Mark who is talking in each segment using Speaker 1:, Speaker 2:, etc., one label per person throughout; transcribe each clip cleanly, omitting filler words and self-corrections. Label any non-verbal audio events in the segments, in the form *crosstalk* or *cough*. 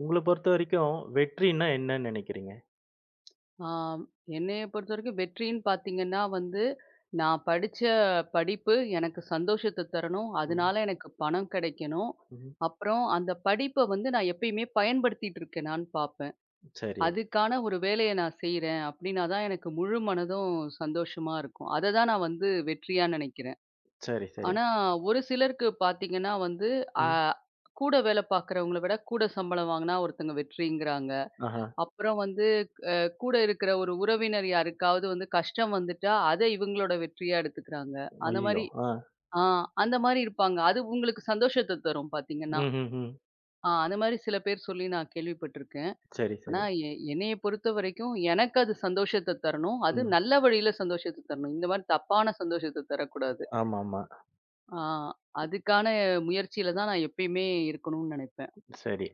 Speaker 1: உங்கள பொறுத்த வரைக்கும் வெற்றின்னா என்னன்னு நினைக்கிறீங்க?
Speaker 2: ஆம். என்னைய பொறுத்தவரைக்கும் வெற்றின்னு பார்த்தீங்கன்னா வந்து, நான் படிச்ச படிப்பு எனக்கு சந்தோஷத்த தரணும்.
Speaker 1: ம்.
Speaker 2: அதனால எனக்கு பணம் கிடைக்கணும்.
Speaker 1: ம்.
Speaker 2: அப்புறம் அந்த படிப்ப வந்து நான் எப்பயுமே பயன்படுத்திட்டு இருக்கேனான்னு பார்ப்பேன்.
Speaker 1: சரி.
Speaker 2: அதுக்கான ஒரு வேலைய நான் செய்றேன் அப்படின்னா தான் எனக்கு முழு மனதும் சந்தோஷமா இருக்கும். அத தான் நான் வந்து வெற்றியா நினைக்கிறேன்.
Speaker 1: சரி, சரி.
Speaker 2: ஆனா ஒரு சிலருக்கு பார்த்தீங்கன்னா வந்து, அ
Speaker 1: ம்.
Speaker 2: கூட வேலை பார்க்குறவங்கள விட கூட சம்பளம் வாங்குனா ஒருத்தங்க வெற்றிங்கிறாங்க.
Speaker 1: ஆஹா.
Speaker 2: அப்புறம் வந்து கூட இருக்கிற ஒரு உறவினர் யாருக்காவது வந்து கஷ்டம் வந்துட்டா, அத இவங்களோட வெற்றியா எடுத்துக்கிறாங்க. அந்த
Speaker 1: அய்யயோ!
Speaker 2: மாரி
Speaker 1: ஆ.
Speaker 2: ஆ அந்த மாரி இருப்பாங்க. அது உங்களுக்கு சந்தோஷத்த தரும் பார்த்தீங்கன்னா.
Speaker 1: ம்ஹ்ஹ்ம்.
Speaker 2: அந்த மாரி சில பேர் சொல்லி நான் கேள்விப்பட்டுருக்கேன்.
Speaker 1: சரி,
Speaker 2: ஆனா
Speaker 1: சரி.
Speaker 2: என்னைய பொறுத்தவரைக்கும் எனக்கு அது சந்தோஷத்த தரணும். அது
Speaker 1: ம்.
Speaker 2: நல்ல வழியில சந்தோஷத்த தரணும். இந்த மாரி தப்பான சந்தோஷத்த தரக்கூடாது.
Speaker 1: ஆமாமா.
Speaker 2: ஆ அதுக்கான முயற்சியில தான் நான் எப்பயுமே இருக்கணும்னு நெனைப்பேன்.
Speaker 1: சரி.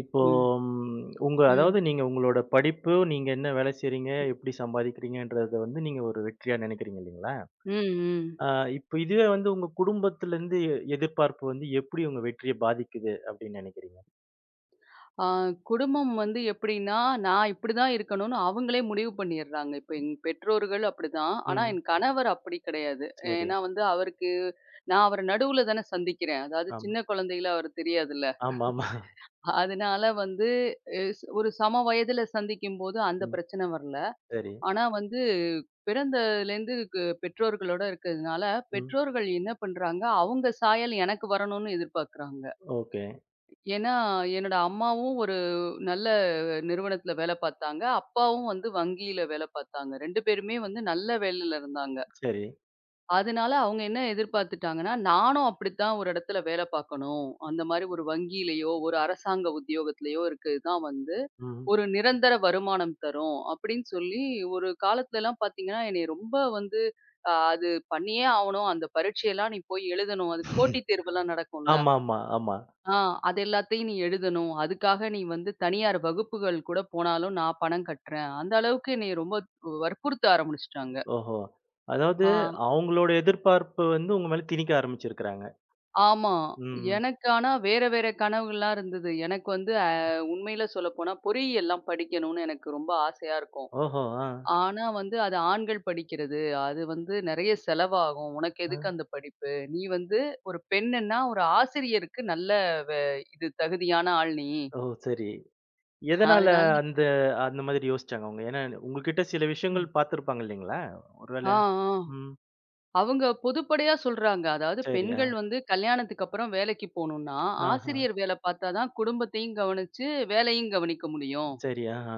Speaker 1: இப்போ
Speaker 2: ம்.
Speaker 1: ம் உங்க
Speaker 2: ம்.
Speaker 1: அதாவது நீங்க உங்களோட படிப்பு, நீங்க என்ன வேலை செய்றீங்க? எப்படி சம்பாதிக்கிறீங்கன்றத வந்து நீங்க ஒரு வெற்றியா நினைக்கிறீங்க இல்லைங்களா?
Speaker 2: ம். ம்.
Speaker 1: ஆ இப்ப இதுவே வந்து உங்க குடும்பத்திலருந்து எதிர்பார்ப்பு வந்து எப்படி உங்க வெற்றிய பாதிக்குது அப்படின்னு நினைக்கிறீங்க?
Speaker 2: ஆ, குடும்பம் வந்து எப்படின்னா, நான் இப்படிதான் இருக்கணும்னு அவங்களே முடிவு பண்ணிடுறாங்க. இப்ப என் பெற்றோர்கள் அப்படிதான். ஆனா,
Speaker 1: ம்.
Speaker 2: என் கணவர் அப்படி கிடையாது.
Speaker 1: சரி.
Speaker 2: ஏன்னா வந்து அவருக்கு நான் அவர நடுவுல தானே சந்திக்கிறேன். அதாவது
Speaker 1: ஆமா.
Speaker 2: சின்ன குழந்தையில அவர் தெரியாதுல்ல.
Speaker 1: ஆமாமா.
Speaker 2: அதனால வந்து ஒரு சம வயதுல சந்திக்கும்போது அந்த
Speaker 1: ம்.
Speaker 2: பிரச்சனை வரல.
Speaker 1: சரி.
Speaker 2: ஆனா வந்து பிறந்ததுலேருந்து பெற்றோர்களோட இருக்கிறதுனால,
Speaker 1: ம்.
Speaker 2: பெற்றோர்கள் என்ன பண்றாங்க, அவங்க சாயல் எனக்கு வரணும்னு எதிர்பார்க்குறாங்க.
Speaker 1: ஓகே.
Speaker 2: ஏன்னா, என்னோட அம்மாவும் ஒரு நல்ல நிறுவனத்துல வேல பார்த்தாங்க. அப்பாவும் வந்து வங்கியில வேல பார்த்தாங்க. 2 பேருமே வந்து நல்ல வேலையில இருந்தாங்க.
Speaker 1: சரி.
Speaker 2: அதனால அவங்க என்ன எதிர்பார்த்துட்டாங்கன்னா, நானும் அப்படித்தான் ஒரு இடத்துல வேல பார்க்கணும். அந்த மாரி ஒரு வங்கியிலயோ, ஒரு அரசாங்க உத்தியோகத்திலயோ இருக்கிறது தான் வந்து
Speaker 1: ம்.
Speaker 2: ஒரு நிரந்தர வருமானம் தரும். அப்படின்னு சொல்லி ஒரு காலத்துலலாம் பார்த்தீங்கன்னா, என்னைய ரொம்ப வந்து அது பண்ணியே ஆவணும். அந்த பரீட்சையெல்லாம் நீ போய் எழுதணும். அதுக்கு போட்டித் தேர்வெல்லாம் நடக்கும்ல.
Speaker 1: ஆமாமா, ஆமா. ஆமா.
Speaker 2: ஆ அது எல்லாத்தையும் நீ எழுதணும். அதுக்காக நீ வந்து தனியார் வகுப்புகள் கூட போனாலும் நான் பணம் கட்டுறேன். அந்த அளவுக்கு என்னைய ரொம்ப வற்புறுத்த ஆரம்பிச்சுட்டாங்க.
Speaker 1: ஓஹோ! அதாவது
Speaker 2: ஆ
Speaker 1: அவங்களோட எதிர்பார்ப்பு வந்து உங்க மேல திணிக்க ஆரம்பிச்சிருக்கிறாங்க.
Speaker 2: ஆமா.
Speaker 1: ம்.
Speaker 2: எனக்கு ஆனா வேற வேற கனவுகள்லாம் இருந்தது. எனக்கு வந்து உண்மையில சொல்லப்போனா பொறியியல்லாம் படிக்கணும்னு எனக்கு ரொம்ப ஆசையா இருக்கும்.
Speaker 1: ஓஹோ! ஆ.
Speaker 2: ஆனா வந்து அது ஆண்கள் படிக்கிறது. அது வந்து நெறைய செலவாகும். உனக்கு
Speaker 1: ஆ.
Speaker 2: எதுக்கு அந்த படிப்பு? நீ வந்து ஒரு பெண்ணுன்னா ஒரு ஆசிரியருக்கு நல்ல வ இது தகுதியான ஆள் நீ.
Speaker 1: ஓ! சரி. எதனால
Speaker 2: அதனால நீ
Speaker 1: அந்த அந்த மாதிரி யோசிச்சாங்க அவங்க? ஏன்னா உங்ககிட்ட சில விஷயங்கள் பார்த்துருப்பாங்க இல்லைங்களா? ஒருவேள
Speaker 2: ஆ, ஆ.
Speaker 1: ம்.
Speaker 2: அவங்க பொதுப்படையா சொல்றாங்க. அதாவது
Speaker 1: சரி. ஆ.
Speaker 2: பெண்கள் வந்து கல்யாணத்துக்கு அப்புறம் வேலைக்கு போணும்னா,
Speaker 1: ஆஹா.
Speaker 2: ஆசிரியர் வேல பார்த்தா தான் குடும்பத்தையும் கவனிச்சு, வேலையும் கவனிக்க முடியும்.
Speaker 1: சரி. ஆஹா.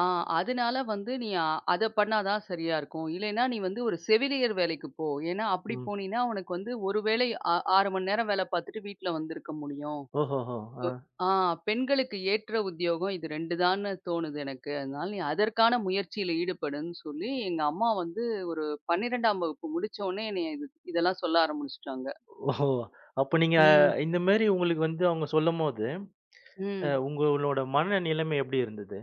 Speaker 2: ஆ அதனால வந்து அத பண்ணா தான் சரியா இருக்கும். இல்லைன்னா நீ வந்து ஒரு செவிலியர் வேலைக்கு போ. ஏன்னா அப்படி
Speaker 1: ம்.
Speaker 2: போனீன்னா, உனக்கு வந்து ஒரு வேளை 6 மணி நேரம் வேல பார்த்துட்டு வீட்ல வந்திருக்க முடியும்.
Speaker 1: ஓஹோஹோ! ஆ.
Speaker 2: ஆ பெண்களுக்கு ஏற்ற உத்தியோகம் இது 2 தான்னு தோணுது எனக்கு. அதனால நீ அதற்கான முயற்சியில ஈடுபடுன்னு சொல்லி, எங்க அம்மா வந்து ஒரு 12ஆம் வகுப்பு முடிச்ச உடனே என்னைய இதெல்லாம் சொல்ல ஆரம்பிச்சுட்டாங்க.
Speaker 1: ஓஹோ! அப்ப நீங்க
Speaker 2: ம்.
Speaker 1: இந்த மாரி உங்களுக்கு வந்து அவங்க சொல்லும்போது,
Speaker 2: ம்.
Speaker 1: உங்களோட மன நிலைமை எப்படி இருந்தது?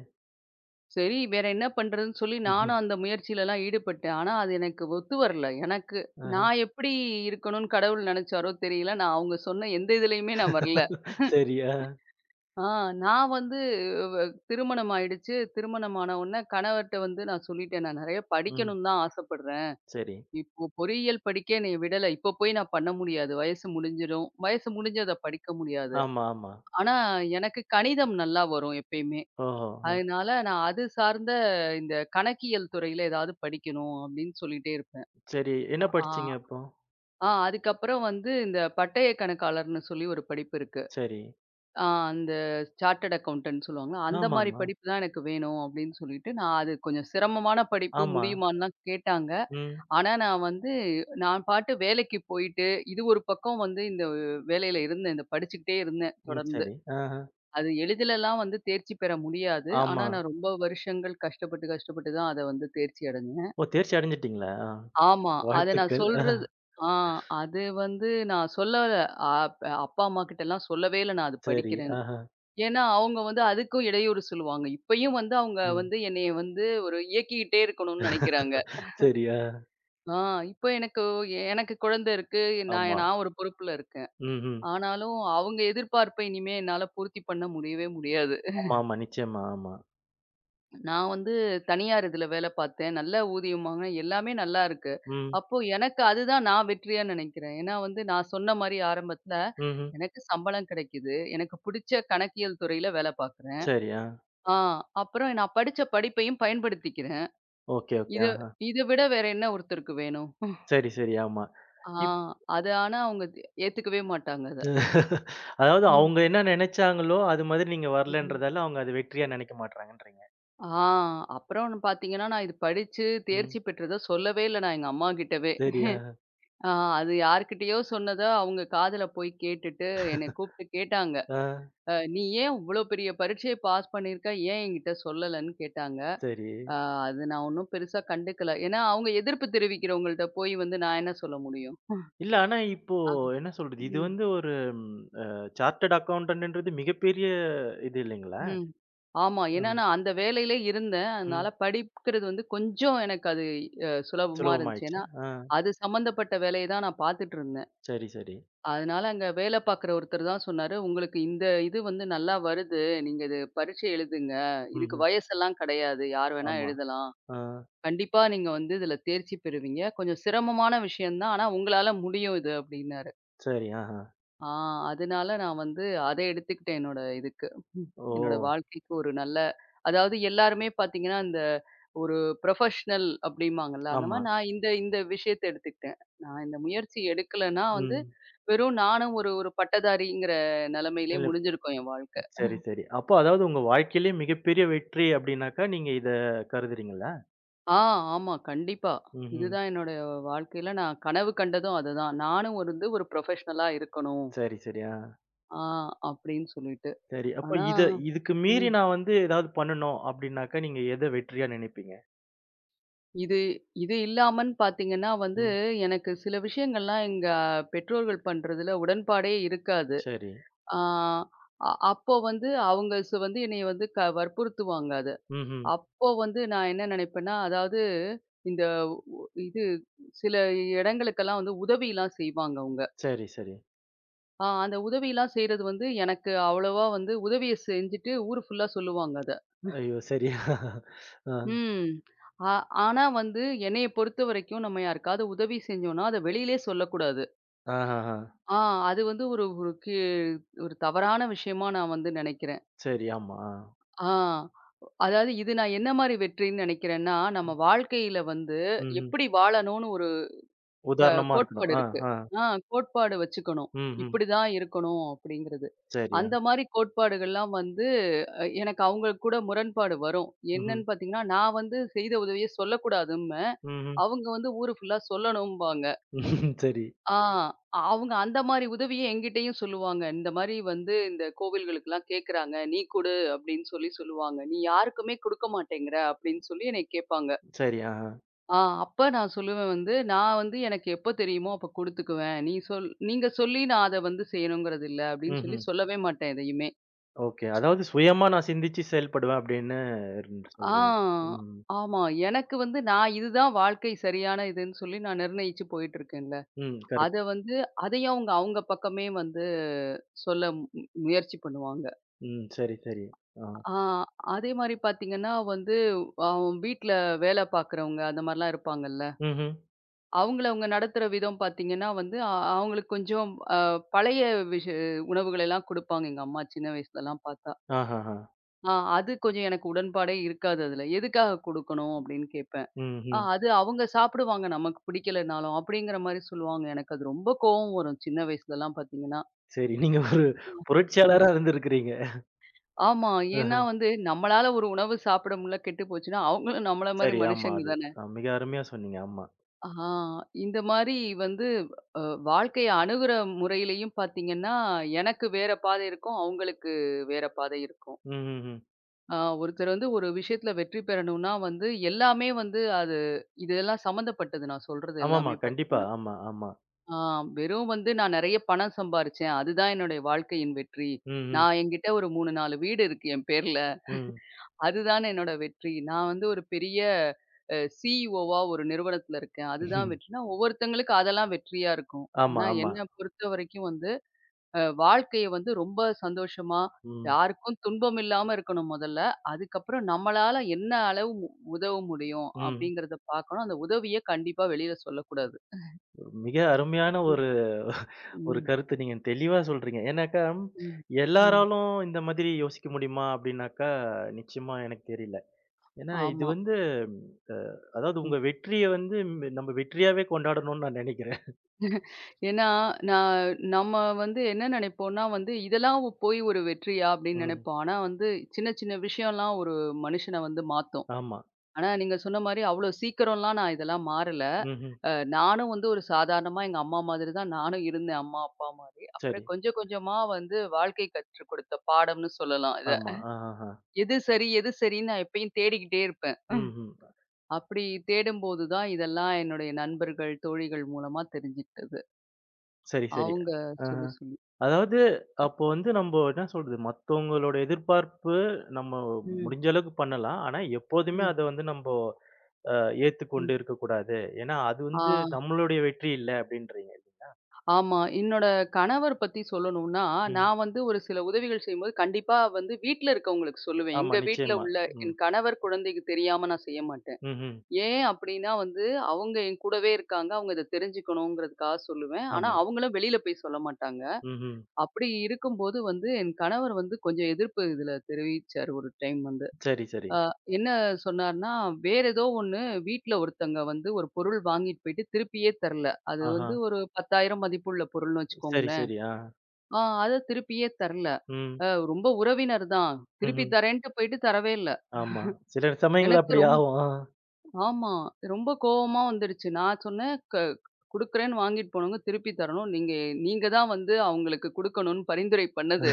Speaker 2: சரி வேற என்ன பண்றதுன்னு சொல்லி
Speaker 1: ம்ஹ்ம்.
Speaker 2: நானும் அந்த முயற்சியிலலாம் ஈடுபட்டேன். ஆனா அது எனக்கு ஒத்து வரல. எனக்கு
Speaker 1: ஆஹ.
Speaker 2: நான் எப்படி இருக்கணும்னு கடவுள் நெனச்சாரோ தெரியல. நான் அவங்க சொன்ன எந்த இதுலயுமே நான் வரல.
Speaker 1: சரி. ஆ.
Speaker 2: ஆ நான் வந்து வ திருமணம் ஆயிடுச்சு. திருமணம் ஆன உடனே கணவர்ட்ட வந்து நான் சொல்லிட்டேன். நான் நெறைய
Speaker 1: ம்.
Speaker 2: படிக்கணும்னு தான் ஆசைப்படுறேன்.
Speaker 1: சரி.
Speaker 2: இப்போ பொறியியல் படிக்க என்னைய விடல. இப்போ போய் நான் பண்ண முடியாது. வயசு முடிஞ்சிடும். வயசு முடிஞ்சு அத படிக்க முடியாது.
Speaker 1: ஆமா, ஆமா.
Speaker 2: ஆனா, எனக்கு கணிதம் நல்லா வரும் எப்பயுமே.
Speaker 1: ஓஹோ! அ.
Speaker 2: அதனால நான் அது சார்ந்த இந்த கணக்கியல் துறையில ஏதாவது படிக்கணும் அப்படின்னு சொல்லிட்டே இருப்பேன்.
Speaker 1: சரி. என்ன
Speaker 2: ஆ
Speaker 1: படிச்சீங்க அப்போ?
Speaker 2: ஆ அதுக்கப்புறம் வந்து இந்த பட்டய கணக்காளர்ன்னு சொல்லி ஒரு படிப்பு இருக்கு.
Speaker 1: சரி.
Speaker 2: ஆ அந்த சார்ட்டர்ட் அக்கவுண்டன்ட் சொல்லுவாங்கல்ல, அந்த மாரி
Speaker 1: ஆமாமா.
Speaker 2: படிப்பு தான் எனக்கு வேணும் அப்படின்னு சொல்லிட்டு, நான் அது கொஞ்சம் சிரமமான படிப்பு
Speaker 1: ஆமா.
Speaker 2: முடியுமான்னுலாம் கேட்டாங்க.
Speaker 1: ம்.
Speaker 2: ஆனா நான் வந்து நான் பாட்டு வேலைக்கு போயிட்டு, இது ஒரு பக்கம் வந்து இந்த வேலையில இருந்தேன். இத படிச்சுக்கிட்டே இருந்தேன்
Speaker 1: ம்.
Speaker 2: தொடர்ந்து.
Speaker 1: சரி. ஆஹ.
Speaker 2: அது எளிதிலலாம் வந்து தேர்ச்சி பெற முடியாது. ஆனா
Speaker 1: ஆமா.
Speaker 2: நான் ரொம்ப வருஷங்கள் கஷ்டப்பட்டு, கஷ்டப்பட்டு தான் அத வந்து தேர்ச்சி அடைஞ்சேன்.
Speaker 1: ஓ! தேர்ச்சி அடைஞ்சுட்டீங்களா? ஆ.
Speaker 2: ஆமா. அத நான்
Speaker 1: வாழ்த்துக்கள். ஆ.
Speaker 2: சொல்றது ஆ அது வந்து நான் சொல்லல. அ அப்பா, அம்மாகிட்டலாம் சொல்லவே இல்ல நான் அது
Speaker 1: சரி.
Speaker 2: படிக்கிறேன்னு.
Speaker 1: ஆஹ.
Speaker 2: ஏன்னா, அவங்க வந்து அதுக்கும் இடையூறு சொல்லுவாங்க. இப்பயும் வந்து அவங்க
Speaker 1: ம்.
Speaker 2: வந்து என்னைய வந்து ஒரு இயக்கிக்கிட்டே இருக்கணும்னு நெனைக்கிறாங்க.
Speaker 1: சரி. ஆ.
Speaker 2: ஆ இப்ப எனக்கு எனக்கு குழந்தை இருக்கு. நான்
Speaker 1: ஆமா.
Speaker 2: நான் ஒரு பொறுப்புல இருக்கேன்.
Speaker 1: ம்ஹ்ம்.
Speaker 2: ஆனாலும் அவங்க எதிர்பார்ப்ப இனிமே என்னால பூர்த்தி பண்ண முடியவே முடியாது.
Speaker 1: ஆமா, ஆமா. நிச்சயமா. ஆமா.
Speaker 2: நான் வந்து தனியார் இதுல வேலை பார்த்தேன். நல்ல ஊதியமாங்க எல்லாமே நல்லா இருக்கு.
Speaker 1: ம்.
Speaker 2: அப்போ எனக்கு அதுதான் நான் வெற்றியா நெனைக்கிறேன். ஏன்னா வந்து நான் சொன்ன மாரி ஆரம்பத்துல
Speaker 1: ம்ஹ்ம்.
Speaker 2: எனக்கு சம்பளம் கிடைக்குது. எனக்கு புடிச்ச கணக்கியல் துறையில வேலை பார்க்குறேன்.
Speaker 1: சரி. ஆ.
Speaker 2: ஆ. அப்புறம் நான் படிச்ச படிப்பையும் பயன்படுத்திக்கிறேன்.
Speaker 1: Okay, okay.
Speaker 2: இத
Speaker 1: ஆஹ.
Speaker 2: இத விட வேற என்ன ஒருத்தருக்கு வேணும்?
Speaker 1: சரி, சரி. ஆமா.
Speaker 2: ஆ
Speaker 1: இப்
Speaker 2: அது ஆனா ஏத்துக்கவே மாட்டாங்க அத.
Speaker 1: அதாவது
Speaker 2: ம்.
Speaker 1: அவங்க என்ன நெனைச்சாங்களோ, அது மாதிரி நீங்க
Speaker 2: ம்.
Speaker 1: வரலன்றதால, அவங்க அத வெற்றியா நெனைக்க மாட்றாங்கன்றீங்க.
Speaker 2: ஆ அப்புறம் பார்த்தீங்கன்னா, நான் இது படிச்சு
Speaker 1: ம்.
Speaker 2: தேர்ச்சி பெற்றத சொல்லவே இல்ல நான் எங்க அம்மா கிட்டவே.
Speaker 1: சரி. ஆ.
Speaker 2: ஆ அது யார்கிட்டயோ சொன்னத அவங்க காதுல போய் கேட்டுட்டு என்னை கூப்பிட்டு கேட்டாங்க.
Speaker 1: ஆ.
Speaker 2: " நீ ஏன் இவ்ளோ பெரிய பரீட்சைய பாஸ் பண்ணியிருக்க? ஏன் என்கிட்ட சொல்லலன்னு?" கேட்டாங்க.
Speaker 1: சரி.
Speaker 2: அ அது நான் ஒண்ணும் பெருசா கண்டுக்கல. ஏன்னா அவங்க எதிர்ப்பு தெரிவிக்கிறவங்கள்ட்ட போய் வந்து நான் என்ன சொல்ல முடியும்?
Speaker 1: இல்ல ஆனா இப்போ என்ன சொல்றது? இது
Speaker 2: ம்,
Speaker 1: வந்து ஒரு ம் அ சார்ட்டர்ட் அக்கவுண்டன்ட்ன்றது மிகப்பெரிய இது இல்லைங்களா?
Speaker 2: ம். ஆமா. ஏன்னா
Speaker 1: ம்.
Speaker 2: நான் அந்த வேலையிலே இருந்தேன்.
Speaker 1: ம்.
Speaker 2: அதனால படிக்கிறது வந்து கொஞ்சம் எனக்கு அது சுலபமா இருந்துச்சு.
Speaker 1: சுலபமாயிடுச்சு.
Speaker 2: ஏன்னா,
Speaker 1: ஆ.
Speaker 2: அது சம்மந்தப்பட்ட வேலைய தான் நான் பார்த்துட்டு இருந்தேன்.
Speaker 1: சரி, சரி.
Speaker 2: அதனால அங்க வேலை பார்க்குற ஒருத்தர் தான் சொன்னாரு, "உங்களுக்கு இந்த இது வந்து நல்லா வருது. நீங்க இது பரீட்சை எழுதுங்க. இதுக்கு
Speaker 1: ம்ஹ்ம்.
Speaker 2: வயசெல்லாம் கிடையாது. யார் வேணா
Speaker 1: ஆமா.
Speaker 2: எழுதலாம்.
Speaker 1: ஆ.
Speaker 2: கண்டிப்பா நீங்க வந்து இதுல தேர்ச்சி பெறுவீங்க. கொஞ்சம் சிரமமான விஷயம் தான். ஆனா உங்களால முடியும் இது" அப்படின்னாரு.
Speaker 1: சரி. ஆஹா.
Speaker 2: ஆ அதனால நான் வந்து அத எடுத்துக்கிட்டேன் என்னோட இதுக்கு. ம்.
Speaker 1: ஓ!
Speaker 2: என்னோட வாழ்க்கைக்கு ஒரு நல்ல அதாவது எல்லாருமே பார்த்தீங்கன்னா, இந்த ஒரு புரொஃபஷனல் அப்படிம்பாங்கல்ல. அந்த
Speaker 1: ஆமா.
Speaker 2: மாரி நான் இந்த இந்த விஷயத்த எடுத்துக்கிட்டேன். நான் இந்த முயற்சி எடுக்கலன்னா வந்து,
Speaker 1: ம்.
Speaker 2: வெறும் நானும் ஒரு ஒரு பட்டதாரிங்கிற நெலைமையிலே
Speaker 1: இல்ல.
Speaker 2: முடிஞ்சிருக்கும் என் வாழ்க்கை.
Speaker 1: சரி, சரி. அப்போ அதாவது உங்க வாழ்க்கையிலேயே மிகப்பெரிய வெற்றி அப்டின்னாக்கா, நீங்க இத கருதுறீங்களா?
Speaker 2: ஆ ஆமா. கண்டிப்பா.
Speaker 1: ம்ஹ்ம்.
Speaker 2: இதுதான் என்னோட வாழ்க்கையில நான் கனவு கண்டதும் அதுதான். நானும் ஒரு வந்து ஒரு புரொஃபஷனலா இருக்கணும்.
Speaker 1: சரி, சரி. ஆ.
Speaker 2: ஆ அப்படின்னு சொல்லிட்டு.
Speaker 1: சரி. அப்ப
Speaker 2: ஆனா,
Speaker 1: இத இதுக்கு மீறி
Speaker 2: ம்.
Speaker 1: நான் வந்து ஏதாவது பண்ணணும் அப்டின்னாக்கா, நீங்க எத வெற்றியா நினைப்பீங்க?
Speaker 2: இது இது இல்லாமன்னு பார்த்தீங்கன்னா வந்து,
Speaker 1: ம்.
Speaker 2: எனக்கு சில விஷயங்கள்லாம் எங்க பெற்றோர்கள் பண்றதுல உடன்பாடே இருக்காது.
Speaker 1: சரி.
Speaker 2: ஆ அ அப்போ வந்து அவங்க வந்து என்னைய வந்து வற்புறுத்துவாங்க அத.
Speaker 1: ம்ஹ்ம்.
Speaker 2: அப்போ வந்து நான் என்ன நினைப்பேன்னா, அதாவது இந்த உ இது சில இடங்களுக்கெல்லாம் வந்து உதவிலாம் செய்வாங்க அவங்க.
Speaker 1: சரி, சரி.
Speaker 2: அந்த உதவிலாம் செய்றது வந்து எனக்கு அவ்வளவா வந்து உதவிய செஞ்சுட்டு ஊர் ஃபுல்லா சொல்லுவாங்க அத.
Speaker 1: ஐயோ! சரி. *laughs* ஆ.
Speaker 2: ம். ஆ ஆனா வந்து என்னைய பொறுத்தவரைக்கும் நம்ம யாருக்காவது உதவி செஞ்சோம்னா, அத வெளியிலே சொல்லக்கூடாது.
Speaker 1: ஆஹஹ.
Speaker 2: ஆ அது வந்து ஒரு ஒரு கி ஒரு தவறான விஷயமா நான் வந்து நெனைக்கிறேன்.
Speaker 1: சரி. ஆமா. ஆ.
Speaker 2: ஆ அதாவது இது நான் என்ன மாரி வெற்றின்னு நெனைக்கிறேன்னா, நம்ம
Speaker 1: ம்.
Speaker 2: வாழ்க்கையில வந்து
Speaker 1: ம்ஹ்ம்.
Speaker 2: எப்படி வாழணும்னு ஒரு க
Speaker 1: உதாரணமா இருக்கணும்.
Speaker 2: கோட்பாடு
Speaker 1: ஆ,
Speaker 2: இருக்கு.
Speaker 1: ஆ.
Speaker 2: ஆ கோட்பாடு வச்சுக்கணும்.
Speaker 1: ம்ஹ்ம்.
Speaker 2: இப்படிதான் இருக்கணும் அப்படிங்கிறது.
Speaker 1: சரி. ஆ.
Speaker 2: அந்த மாரி கோட்பாடுகள்லாம் வந்து எனக்கு அவங்க கூட முரண்பாடு வரும்.
Speaker 1: ம்ஹ்ம்.
Speaker 2: என்னன்னு பார்த்தீங்கன்னா, நான் வந்து செய்த உதவிய சொல்லக்கூடாதும்பேன்.
Speaker 1: ம்ஹ்ம்.
Speaker 2: அவங்க வந்து ஊரு ஃபுல்லா சொல்லணும்பாங்க.
Speaker 1: சரி.
Speaker 2: ஆ அவங்க அந்த மாரி உதவிய என்கிட்டயும் சொல்லுவாங்க. இந்த மாரி வந்து இந்த கோவில்களுக்கெல்லாம் கேட்கறாங்க. நீ குடு அப்படின்னு சொல்லி சொல்லுவாங்க. நீ யாருக்குமே குடுக்க மாட்டேங்கிற அப்படின்னு சொல்லி என்னைய கேட்பாங்க.
Speaker 1: சரி. ஆஹ.
Speaker 2: ஆ அப்ப நான் சொல்லுவேன் வந்து, "நான் வந்து எனக்கு எப்ப தெரியுமோ அப்ப குடுத்துக்குவேன். நீ சொல் நீங்க சொல்லி நான் அத வந்து செய்யணுங்கிறது இல்ல." அப்படின்னு சொல்லி
Speaker 1: ம்ஹ்ம்.
Speaker 2: சொல்லவே மாட்டேன் எதையுமே.
Speaker 1: ஓகே. அதாவது சுயமா
Speaker 2: ஆ.
Speaker 1: நான் சிந்திச்சு செயல்படுவேன் அப்டின்னு சொல்றீங்க.
Speaker 2: ஆ
Speaker 1: ம்.
Speaker 2: ஆமா. எனக்கு வந்து நான் இதுதான் வாழ்க்கை சரியான இதுன்னு சொல்லி நான் நிர்ணயிச்சு போயிட்டுருக்கேன்ல.
Speaker 1: ம்.
Speaker 2: அத
Speaker 1: கரெக்ட்.
Speaker 2: வந்து அதையும் அவங்க அவங்க பக்கமே வந்து சொல்ல மு மு- முயற்சி பண்ணுவாங்க.
Speaker 1: ம். சரி, சரி. ஆ.
Speaker 2: ஆ அதே மாரி பார்த்தீங்கன்னா வந்து, அ வீட்ல வேல பார்க்குறவங்க அந்த மாரிலாம் இருப்பாங்கல்ல.
Speaker 1: ம்ஹ்ம்.
Speaker 2: அவங்கள அவங்க நடத்துற விதம் பார்த்தீங்கன்னா வந்து, அவங்களுக்கு கொஞ்சம் அ பழைய விஷ உணவுகள் எல்லாம் குடுப்பாங்க எங்க அம்மா சின்ன வயசுலலாம் பார்த்தா.
Speaker 1: ஆஹஹ.
Speaker 2: ஆ அது கொஞ்சம் எனக்கு உடன்பாடே இருக்காது அதுல. எதுக்காக குடுக்கணும் அப்படின்னு கேட்பேன்.
Speaker 1: ம்ஹ்ம்.
Speaker 2: அது அவங்க சாப்பிடுவாங்க நமக்கு பிடிக்கலனாலும், அப்படிங்கிற மாரி சொல்லுவாங்க. எனக்கு அது ரொம்ப கோவம் வரும் சின்ன வயசுலலாம் பார்த்தீங்கன்னா.
Speaker 1: சரி. நீங்க ஒரு
Speaker 2: அ,
Speaker 1: புரட்சியாளரா இருந்திருக்கிறீங்க.
Speaker 2: ஆமா. ஏன்னா
Speaker 1: அஹ.
Speaker 2: வந்து நம்மளால ஒரு உணவு சாப்பிட முடியல கெட்டு போச்சுன்னா, அவங்களும் நம்மள மாரி
Speaker 1: சரி. ஆமா.
Speaker 2: மனுஷங்க
Speaker 1: அது
Speaker 2: தான.
Speaker 1: மிக அருமையா சொன்னீங்க. ஆமா.
Speaker 2: ஆ இந்த மாரி வந்து அ வாழ்க்கைய அணுகுற முறையிலயும் பார்த்தீங்கன்னா, எனக்கு வேற பாதை இருக்கும். அவங்களுக்கு வேற பாதை இருக்கும்.
Speaker 1: ம்ஹ்ஹ்ம்.
Speaker 2: ஒருத்தர் வந்து ஒரு விஷயத்துல வெற்றி பெறணும்னா வந்து எல்லாமே வந்து அது இதெல்லாம் சம்மந்தப்பட்டது நான் சொல்றது
Speaker 1: ஆமாமா.
Speaker 2: எல்லாமே
Speaker 1: கண்டிப்பா.
Speaker 2: பார்த்தீங்கன்னா.
Speaker 1: ஆமா, ஆமா.
Speaker 2: ஆ வெறும் வந்து நான் நெறைய பணம் சம்பாரிச்சேன். அதுதான் என்னுடைய வாழ்க்கையின் வெற்றி.
Speaker 1: ம்ஹ்ம்.
Speaker 2: நான் என்கிட்ட ஒரு 3, 4 வீடு இருக்கு என் பேர்ல.
Speaker 1: ம்.
Speaker 2: அதுதானே என்னோட வெற்றி. நான் வந்து ஒரு பெரிய சிஇஓவா ஒரு நிறுவனத்துல இருக்கேன். அதுதான் வெற்றினா, ஒவ்வொருத்தங்களுக்கு அதெல்லாம் வெற்றியா இருக்கும்.
Speaker 1: ஆமா,
Speaker 2: ஆனா
Speaker 1: ஆமா.
Speaker 2: என்ன பொறுத்தவரைக்கும் வந்து, வாழ்க்கைய வந்து ரொம்ப சந்தோஷமா,
Speaker 1: ம்.
Speaker 2: யாருக்கும் துன்பம் இல்லாம இருக்கணும் முதல்ல. அதுக்கப்புறம் நம்மளால என்ன அளவு உதவ முடியும்
Speaker 1: ம்.
Speaker 2: அப்படிங்கிறத பார்க்கணும். அந்த உதவிய கண்டிப்பா வெளியில சொல்லக்கூடாது.
Speaker 1: மிக அருமையான
Speaker 2: ம்.
Speaker 1: ஒரு ஒரு
Speaker 2: ம்.
Speaker 1: கருத்து நீங்க தெளிவா சொல்றீங்க. ஏன்னாக்கா,
Speaker 2: ம். ம்.
Speaker 1: எல்லாராலும் இந்த மாதிரி யோசிக்க முடியுமா? அப்டின்னாக்கா, நிச்சயமா எனக்கு தெரியல. ஏன்னா இது
Speaker 2: ஆமா.
Speaker 1: வந்து அதாவது
Speaker 2: ம்.
Speaker 1: உங்க வெற்றிய வந்து நம்ம வெற்றியாவே கொண்டாடணும்னு நான் நெனைக்கிறேன்.
Speaker 2: ஏன்னா, நான் நம்ம வந்து என்ன நினைப்போம்னா வந்து, போய் ஒரு வெற்றியா அப்படின்னு
Speaker 1: ம்.
Speaker 2: நினைப்போம். ஆனா வந்து சின்ன சின்ன விஷயம்லாம் ஒரு மனுஷன வந்து மாத்தும்.
Speaker 1: ஆமா.
Speaker 2: ஆனா நீங்க சொன்ன மாரி அவ்வளோ சீக்கிரம்லாம் நான் இதெல்லாம் மாறல.
Speaker 1: ம்ஹ்ம்.
Speaker 2: அ நானும் வந்து ஒரு சாதாரணமா எங்க அம்மா மாதிரி தான் நானும் இருந்தேன். அம்மா, அப்பா மாரி.
Speaker 1: சரி.
Speaker 2: அப்புறம் கொஞ்சம் கொஞ்சமா வந்து வாழ்க்கை கற்றுக் கொடுத்த பாடம்னு சொல்லலாம் இத.
Speaker 1: ஆமா. ஆஹஹ.
Speaker 2: எது சரி, எது சரின்னு நான் எப்பயும் தேடிக்கிட்டே இருப்பேன்.
Speaker 1: ம்ஹ்ம்.
Speaker 2: அப்படி தேடும்போது தான் இதெல்லாம் என்னுடைய நண்பர்கள், தோழிகள் மூலமா தெரிஞ்சுக்கிட்டது.
Speaker 1: சரி, சரி.
Speaker 2: அவங்க
Speaker 1: ஆஹ.
Speaker 2: சொல்லி சொல்லி.
Speaker 1: அதாவது அப்போ வந்து நம்ப என்ன சொல்றது, மத்தவங்களோட எதிர்பார்ப்பு நம்ம
Speaker 2: ம்.
Speaker 1: முடிஞ்ச அளவுக்கு பண்ணலாம். ஆனா, எப்போதுமே
Speaker 2: ம்.
Speaker 1: அத வந்து நம்போ அ
Speaker 2: ம்.
Speaker 1: ஏத்துக்கொண்டு இருக்கக்கூடாது. ஏன்னா, அது
Speaker 2: ஆ,
Speaker 1: வந்து நம்மளுடைய வெற்றி இல்ல அப்டின்றீங்க.
Speaker 2: ஆமா. என்னோட கணவர் பத்தி சொல்லணும்னா,
Speaker 1: ம்.
Speaker 2: நான் வந்து ஒரு சில உதவிகள் செய்யும்போது கண்டிப்பா வந்து வீட்ல இருக்கவங்களுக்கு சொல்லுவேன்.
Speaker 1: ஆமா,
Speaker 2: எங்க வீட்ல
Speaker 1: நிச்சயமா.
Speaker 2: உள்ள
Speaker 1: ம்.
Speaker 2: என் கணவர், குழந்தைக்கு தெரியாம நான் செய்ய மாட்டேன்.
Speaker 1: ம்ஹ்ம்.
Speaker 2: ஏன் அப்டின்னா வந்து, அவங்க என் கூடவே இருக்காங்க. அவங்க இத தெரிஞ்சுக்கணுங்கிறதுக்காக சொல்லுவேன். ஆனா,
Speaker 1: ஆமா.
Speaker 2: அவங்களும் வெளில போய் சொல்ல மாட்டாங்க.
Speaker 1: ம்ஹ்ம்.
Speaker 2: அப்டி இருக்கும்போது வந்து என் கணவர் வந்து கொஞ்சம் எதிர்ப்பு இதுல தெரிவிச்சாரு ஒரு டைம் வந்து.
Speaker 1: சரி, சரி.
Speaker 2: அ என்ன சொன்னார்ன்னா, வேற ஏதோ ஒண்ணு வீட்ல ஒருத்தங்க வந்து ஒரு பொருள் வாங்கிட்டு போயிட்டு திருப்பியே தரல. அது
Speaker 1: ஆஹா.
Speaker 2: வந்து ஒரு 10,000 மதிப்புள்ள பொருள்னு
Speaker 1: சரி,
Speaker 2: வச்சுக்கோங்களேன்.
Speaker 1: சரி. ஆ.
Speaker 2: அத திருப்பியே தரல.
Speaker 1: ம்.
Speaker 2: அ ரொம்ப உறவினர் தான். திருப்பி
Speaker 1: ம்ஹ்ம்.
Speaker 2: தரேன்ட்டு போயிட்டு தரவே இல்ல.
Speaker 1: ஆமா. சில சமயங்கள்ல
Speaker 2: எனக்கு
Speaker 1: அப்டி
Speaker 2: ரொம்
Speaker 1: ஆகும். ஆ.
Speaker 2: ஆமா. ரொம்ப கோவமா வந்துடுச்சு. நான் சொன்னேன், " குடுக்குறேன்னு வாங்கிட்டு போனவங்க திருப்பி தரணும். நீங்க நீங்க தான் வந்து அவங்களுக்கு குடுக்கணும்னு பரிந்துரை பண்ணது.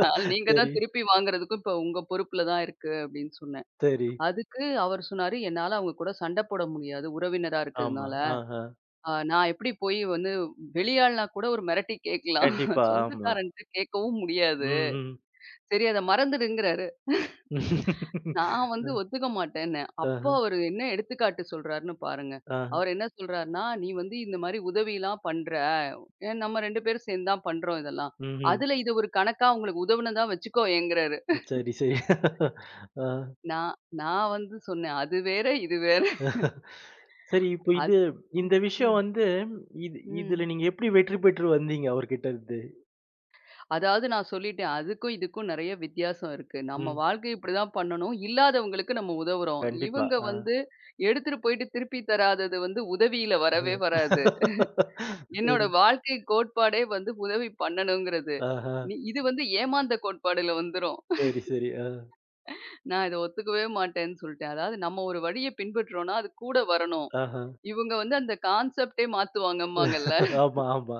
Speaker 2: அதனால நீங்க தான்
Speaker 1: சரி,
Speaker 2: திருப்பி வாங்குறதுக்கும் இப்ப உங்க பொறுப்புல தான் இருக்கு" அப்படின்னு சொன்னேன்.
Speaker 1: சரி.
Speaker 2: அதுக்கு அவர் சொன்னாரு, என்னால அவங்க கூட சண்டை போட முடியாது, உறவினரா
Speaker 1: ஆமா.
Speaker 2: இருக்கிறதுனால.
Speaker 1: ஆஹ.
Speaker 2: நான் எப்படி போய் வந்து வெளியாள்னா கூட ஒரு மிரட்டி கேட்கலாம்.
Speaker 1: கண்டிப்பா. ஆமா.
Speaker 2: சொந்தக்காரன்ட்ட கேட்கவும்
Speaker 1: ம்,
Speaker 2: முடியாது.
Speaker 1: ம்.
Speaker 2: சரி அத மறந்துடுங்கிறாரு. நான் வந்து ஒத்துக்க மாட்டேன்னேன். அப்போ
Speaker 1: ஆஹ,
Speaker 2: அவரு என்ன எடுத்துக்காட்டு சொல்றாருன்னு பாருங்க.
Speaker 1: ஆஹ.
Speaker 2: அவர் என்ன சொல்றாருன்னா, "நீ வந்து இந்த மாரி உதவிலாம் பண்ற. நம்ம 2 பேரும் சேர்ந்து தான் பண்றோம் இதெல்லாம்.
Speaker 1: ம்ஹ்ம்.
Speaker 2: அதுல இது ஒரு கணக்கா உங்களுக்கு உதவுனதா வச்சுக்கோயேங்கிறாரு."
Speaker 1: சரி, சரி. ஆ.
Speaker 2: நான் நான் வந்து சொன்னேன், "அது வேற, இது வேற."
Speaker 1: சரி, இப்போ இது
Speaker 2: அது
Speaker 1: இந்த விஷயம்
Speaker 2: ம்.
Speaker 1: வந்து
Speaker 2: ம்.
Speaker 1: இதுல நீங்க எப்படி வெற்றி பெற்று வந்தீங்க அவர்கிட்ட இருந்து?
Speaker 2: அதாவது நான் சொல்லிட்டேன். அதுக்கும், இதுக்கும் நெறைய வித்தியாசம் இருக்கு. நம்ம
Speaker 1: ம்.
Speaker 2: வாழ்க்கை இப்படிதான் பண்ணணும். இல்லாதவங்களுக்கு நம்ம உதவுறோம்.
Speaker 1: கண்டிப்பா.
Speaker 2: இவங்க
Speaker 1: ஆ.
Speaker 2: வந்து எடுத்துட்டு போயிட்டு திருப்பி தராதது வந்து உதவியில வரவே
Speaker 1: அஹ.
Speaker 2: வராது. என்னோட
Speaker 1: சரி.
Speaker 2: வாழ்க்கை கோட்பாடே வந்து உதவி பண்ணணுங்கிறது.
Speaker 1: ஆஹா.
Speaker 2: நீ இது வந்து ஏமாந்த கோட்பாடுல வந்துரும்.
Speaker 1: சரி, சரி. ஆ.
Speaker 2: நான் இத ஒத்துக்கவே மாட்டேன்னு சொல்ட்டேன். அதாவது நம்ம ஒரு வழிய பின்பற்றுறோம்னா, அது கூட வரணும்.
Speaker 1: ஆஹா.
Speaker 2: இவங்க வந்து அந்த கான்செப்ட்டே மாத்துவாங்கம்பாங்கல்ல.
Speaker 1: ஆமா, ஆமா.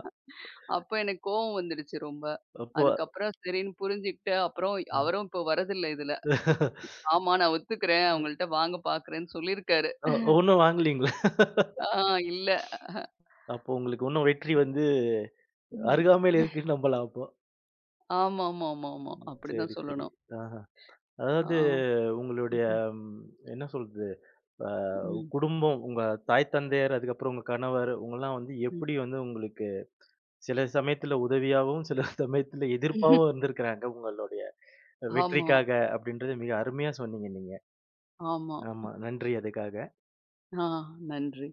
Speaker 2: அப்ப எனக்கு கோவம் வந்துடுச்சு ரொம்ப.
Speaker 1: அப்போ
Speaker 2: அதுக்கப்புறம் சரின்னு புரிஞ்சுகிட்டு, அப்புறம் அவரும் இப்போ வரதில்ல இதுல. ஆமா. நான் ஒத்துக்கிறேன். அவங்கள்ட்ட வாங்க பார்க்குறேன்னு சொல்லியிருக்காரு.
Speaker 1: அ ஒண்ணும் வாங்கலீங்களா?
Speaker 2: ஆ இல்ல.
Speaker 1: அப்போ உங்களுக்கு இன்னும் வெற்றி வந்து
Speaker 2: ம்.
Speaker 1: அருகாமையில இருக்குன்னு நம்பலாம் அப்போ.
Speaker 2: ஆமாமாமாமா.
Speaker 1: ம்.
Speaker 2: அப்படிதான்
Speaker 1: சரி, சரி.
Speaker 2: சொல்லணும்.
Speaker 1: ஆஹ.
Speaker 2: ஆ.
Speaker 1: அதாவது உங்களுடைய
Speaker 2: ம்.
Speaker 1: ம், என்ன சொல்றது அ,
Speaker 2: ம்.
Speaker 1: குடும்பம் உங்க தாய் தந்தையர் அதுக்கப்புறம் உங்க கணவர் இவங்கெல்லாம் வந்து
Speaker 2: ம்.
Speaker 1: எப்படி வந்து உங்களுக்கு சில சமயத்துல உதவியாகவும் சில *laughs* சமயத்துல எதிர்ப்பாகவும் இருந்திருக்கிறாங்க உங்களுடைய
Speaker 2: ஆமா,
Speaker 1: வெற்றிக்காக அப்படின்றது மிக அருமையா சொன்னீங்க நீங்க
Speaker 2: ஆமா.
Speaker 1: ஆமா நன்றி அதுக்காக
Speaker 2: ஆ நன்றி.